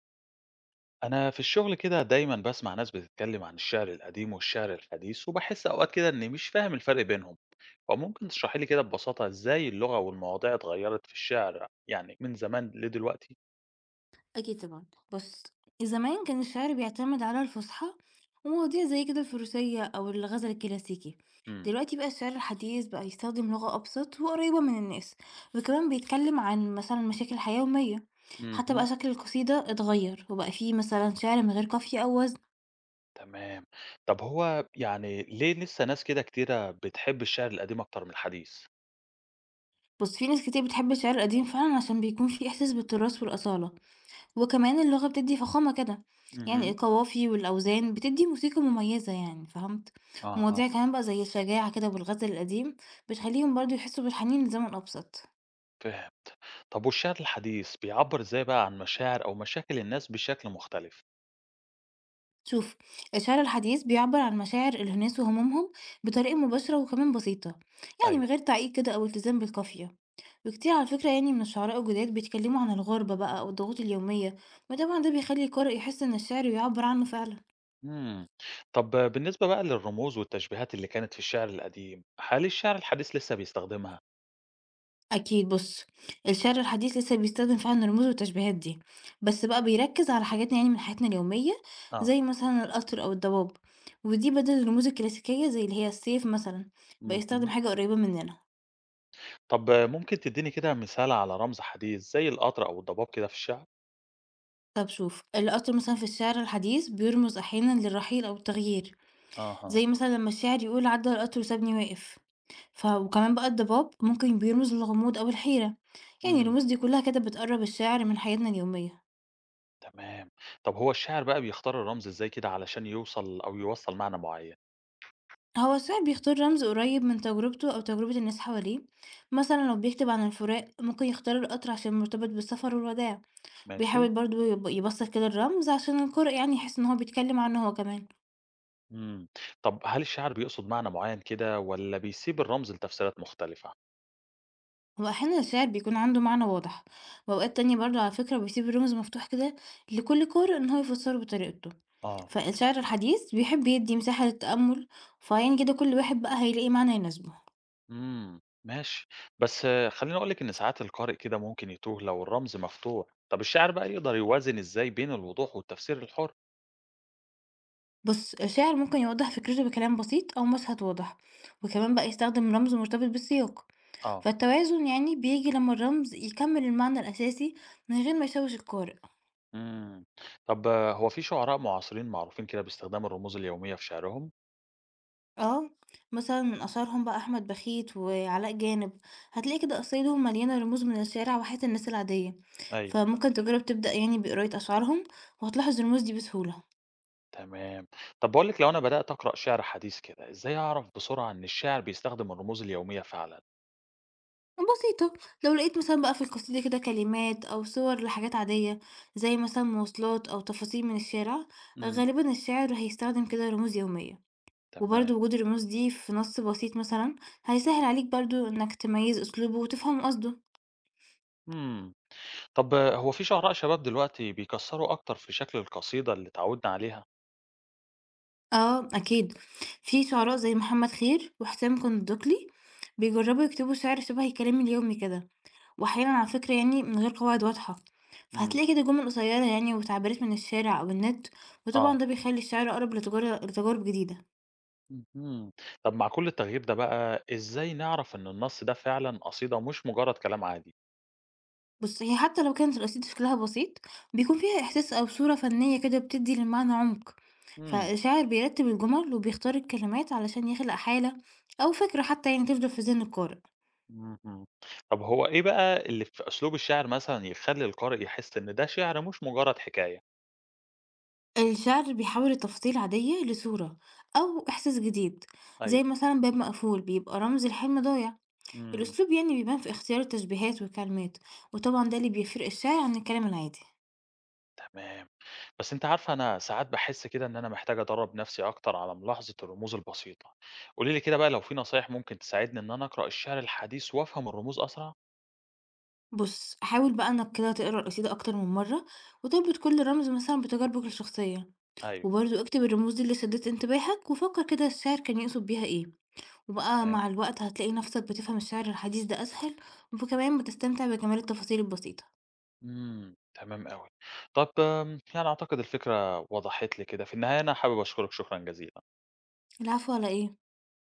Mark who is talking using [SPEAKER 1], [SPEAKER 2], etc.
[SPEAKER 1] أنا في الشغل كده دايما بسمع ناس بتتكلم عن الشعر القديم والشعر الحديث وبحس أوقات كده إني مش فاهم الفرق بينهم، فممكن تشرحي لي كده ببساطة إزاي اللغة والمواضيع اتغيرت في الشعر يعني من زمان لدلوقتي؟
[SPEAKER 2] أكيد طبعًا. بُص، زمان كان الشعر بيعتمد على الفُصحى ومواضيع زي كده الفروسية أو الغزل الكلاسيكي.
[SPEAKER 1] امم
[SPEAKER 2] دلوقتي بقى الشعر الحديث بقى يستخدم لغة أبسط وقريبة من الناس، وكمان بيتكلم عن مثلًا مشاكل الحياة يومية. حتى
[SPEAKER 1] امم
[SPEAKER 2] بقى شكل القصيدة اتغيّر، وبقى في مثلًا شعر من غير قافية أو وزن.
[SPEAKER 1] تمام. طب هو يعني ليه لسه ناس كده كتيرة بتحب الشعر القديم أكتر من الحديث؟
[SPEAKER 2] بُص، في ناس كتير بتحب الشعر القديم فعلًا عشان بيكون في إحساس بالتراث والأصالة، وكمان اللغة بتدّي فخامة كده، يعني
[SPEAKER 1] امم
[SPEAKER 2] القوافي والأوزان بتدّي موسيقى مميزة يعني فهمت؟
[SPEAKER 1] اه
[SPEAKER 2] ومواضيع
[SPEAKER 1] اه
[SPEAKER 2] كمان بقى زي الشجاعة كده والغزل القديم بتخلّيهم برضه يحسّوا بالحنين لزمن أبسط.
[SPEAKER 1] فاهم. طب والشعر الحديث بيعبر إزاي بقى عن مشاعر أو مشاكل الناس بشكل مختلف؟
[SPEAKER 2] شوف، الشعر الحديث بيعبّر عن مشاعر الناس وهمومهم بطريقة مباشرة وكمان بسيطة، يعني من
[SPEAKER 1] أيوه.
[SPEAKER 2] غير تعقيد كده أو التزام بالقافية. وكتير على فكرة يعني من الشعراء الجداد بيتكلموا عن الغربة بقى أو الضغوط اليومية، وطبعًا ده بيخلّي القارئ يحس إن الشعر بيعبّر عنه فعلًا.
[SPEAKER 1] إمم. طب بالنسبة بقى للرموز والتشبيهات اللي كانت في الشعر القديم، هل الشعر الحديث لسه بيستخدمها؟
[SPEAKER 2] أكيد بُص، الشعر الحديث لسه بيستخدم فعلًا الرموز والتشبيهات دي، بس بقى بيركّز على حاجات يعني من حياتنا اليومية،
[SPEAKER 1] آه.
[SPEAKER 2] زي مثلًا القطر أو الضباب، ودي بدل الرموز الكلاسيكية زي اللي هي السيف مثلًا، بقى يستخدم
[SPEAKER 1] اهم.
[SPEAKER 2] حاجة قريبة مننا.
[SPEAKER 1] طب ممكن تدّيني كده مثال على رمز حديث زي القطر أو الضباب كده في الشعر؟
[SPEAKER 2] طب شوف، القطر مثلًا في الشعر الحديث بيرمز أحيانًا للرحيل أو التغيير،
[SPEAKER 1] أها.
[SPEAKER 2] زي مثلًا لما الشاعر يقول عدّى القطر وسابني واقف. وكمان بقى الضباب ممكن بيرمز للغموض أو الحيرة، يعني
[SPEAKER 1] إمم.
[SPEAKER 2] الرموز دي كلها كده بتقرّب الشعر من حياتنا اليومية.
[SPEAKER 1] تمام. طب هو الشاعر بقى بيختار الرمز إزاي كده علشان يوصل أو يوصّل معنى معيّن؟
[SPEAKER 2] هو السائق بيختار رمز قريب من تجربته أو تجربة الناس حواليه، مثلا لو بيكتب عن الفراق ممكن يختار القطر عشان مرتبط بالسفر والوداع. بيحاول
[SPEAKER 1] ماشي.
[SPEAKER 2] برضو يبسط كده الرمز عشان القارئ يعني يحس إن هو بيتكلم عنه هو كمان.
[SPEAKER 1] إمم. طب هل الشاعر بيقصد معنى معيّن كده والّا بيسيب الرمز لتفسيرات مختلفة؟
[SPEAKER 2] وأحيانا الشعر بيكون عنده معنى واضح، وأوقات تانية برضو على فكرة بيسيب الرمز مفتوح كده لكل قارئ إن هو يفسره بطريقته.
[SPEAKER 1] آه.
[SPEAKER 2] فالشعر الحديث بيحب يدي مساحة للتأمل، فعين كده كل واحد بقى هيلاقي معنى يناسبه.
[SPEAKER 1] إمم، ماشي. بس آه، خلّيني أقول لِك إن ساعات القارئ كده ممكن يتوه لو الرمز مفتوح، طَب الشاعر بقى يقدر يوازن إزاي بين الوضوح والتفسير الحُر؟
[SPEAKER 2] بُص، الشاعر ممكن يوضّح فكرته بكلام بسيط أو مشهد واضح، وكمان بقى يستخدم رمز مرتبط بالسياق،
[SPEAKER 1] آه.
[SPEAKER 2] فالتوازن يعني بييجي لمّا الرمز يكمّل المعنى الأساسي من غير ما يشوّش القارئ.
[SPEAKER 1] إمم. طَب آه، هو في شعراء معاصرين معروفين كده باستخدام الرموز اليومية في شعرهم؟
[SPEAKER 2] آه، مثلًا من أشهرهم بقى أحمد بخيت وعلاء جانب، هتلاقي كده قصايدهم مليانة رموز من الشارع وحياة الناس العادية،
[SPEAKER 1] أيوه.
[SPEAKER 2] فممكن تجرّب تبدأ يعني بقراية أشعارهم وهتلاحظ الرموز دي بسهولة.
[SPEAKER 1] تمام. طَب باقول لِك لو أنا بدأت أقرأ شعر حديث كده، إزاي أعرف بسرعة إن الشاعر بيستخدم الرموز اليومية فعلًا؟
[SPEAKER 2] بسيطة، لو لقيت مثلًا بقى في القصيدة كده كلمات أو صور لحاجات عادية، زي مثلًا مواصلات أو تفاصيل من الشارع،
[SPEAKER 1] إمم.
[SPEAKER 2] غالبًا الشاعر هيستخدم كده رموز يومية،
[SPEAKER 1] تمام.
[SPEAKER 2] وبرضه وجود الرموز دي في نص بسيط مثلًا هيسهل عليك برضه إنك تميز أسلوبه وتفهم قصده.
[SPEAKER 1] إمم. طَب آه، هو في شعراء شباب دلوقتي بيكسّروا أكتر في شكل القصيدة اللي اتعوّدنا عليها؟
[SPEAKER 2] آه أكيد، في شعراء زي محمد خير وحسام كندقلي بيجرّبوا يكتبوا شعر شبه الكلام اليومي كده، وأحيانًا على فكرة يعني من غير قواعد واضحة،
[SPEAKER 1] إمم.
[SPEAKER 2] فهتلاقي كده جمل قصيرة يعني وتعبيرات من الشارع أو النت، وطبعًا
[SPEAKER 1] آه.
[SPEAKER 2] ده بيخلّي الشعر أقرب لتجارب جديدة.
[SPEAKER 1] اهم. طب مع كل التغيير ده بقى، إزاي نعرف إن النص ده فعلًا قصيدة مش مجرد كلام عادي؟
[SPEAKER 2] بُص، هي حتى لو كانت القصيدة شكلها بسيط، بيكون فيها إحساس أو صورة فنية كده بتدي للمعنى عمق،
[SPEAKER 1] إمم.
[SPEAKER 2] فالشاعر بيرتب الجمل وبيختار الكلمات علشان يخلق حالة أو فكرة حتى يعني تفضل في ذهن القارئ.
[SPEAKER 1] اهم. طب هو إيه بقى اللي في أسلوب الشاعر مثلًا يخلّي القارئ يحس إن ده شعر مش مجرد حكاية؟
[SPEAKER 2] الشعر بيحول تفاصيل عادية لصورة أو إحساس جديد، زي
[SPEAKER 1] أيوه.
[SPEAKER 2] مثلا باب مقفول بيبقى رمز لحلم ضايع.
[SPEAKER 1] إمم.
[SPEAKER 2] الأسلوب يعني بيبان في اختيار التشبيهات والكلمات، وطبعا ده اللي بيفرق الشعر عن الكلام العادي.
[SPEAKER 1] تمام. بس أنتِ عارفة أنا ساعات باحس كده إن أنا محتاج أدرّب نفسي أكتر على ملاحظة الرموز البسيطة. قولي لي كده بقى لو في نصايح ممكن تساعدني إن أنا أقرأ الشعر الحديث وأفهم الرموز أسرع؟
[SPEAKER 2] بص حاول بقى إنك كده تقرأ القصيدة أكتر من مرة وتربط كل رمز مثلا بتجاربك الشخصية،
[SPEAKER 1] أيوه،
[SPEAKER 2] وبرضه اكتب الرموز دي اللي شدت انتباهك وفكر كده الشاعر كان يقصد بيها ايه، وبقى
[SPEAKER 1] تمام.
[SPEAKER 2] مع الوقت هتلاقي نفسك بتفهم الشعر الحديث ده أسهل، وكمان بتستمتع بجمال التفاصيل البسيطة.
[SPEAKER 1] إمم، تمام أوي. طب يعني أعتقد الفكرة وضحت لي كده، في النهاية أنا حابب أشكرك شكرًا جزيلًا.
[SPEAKER 2] العفو على ايه.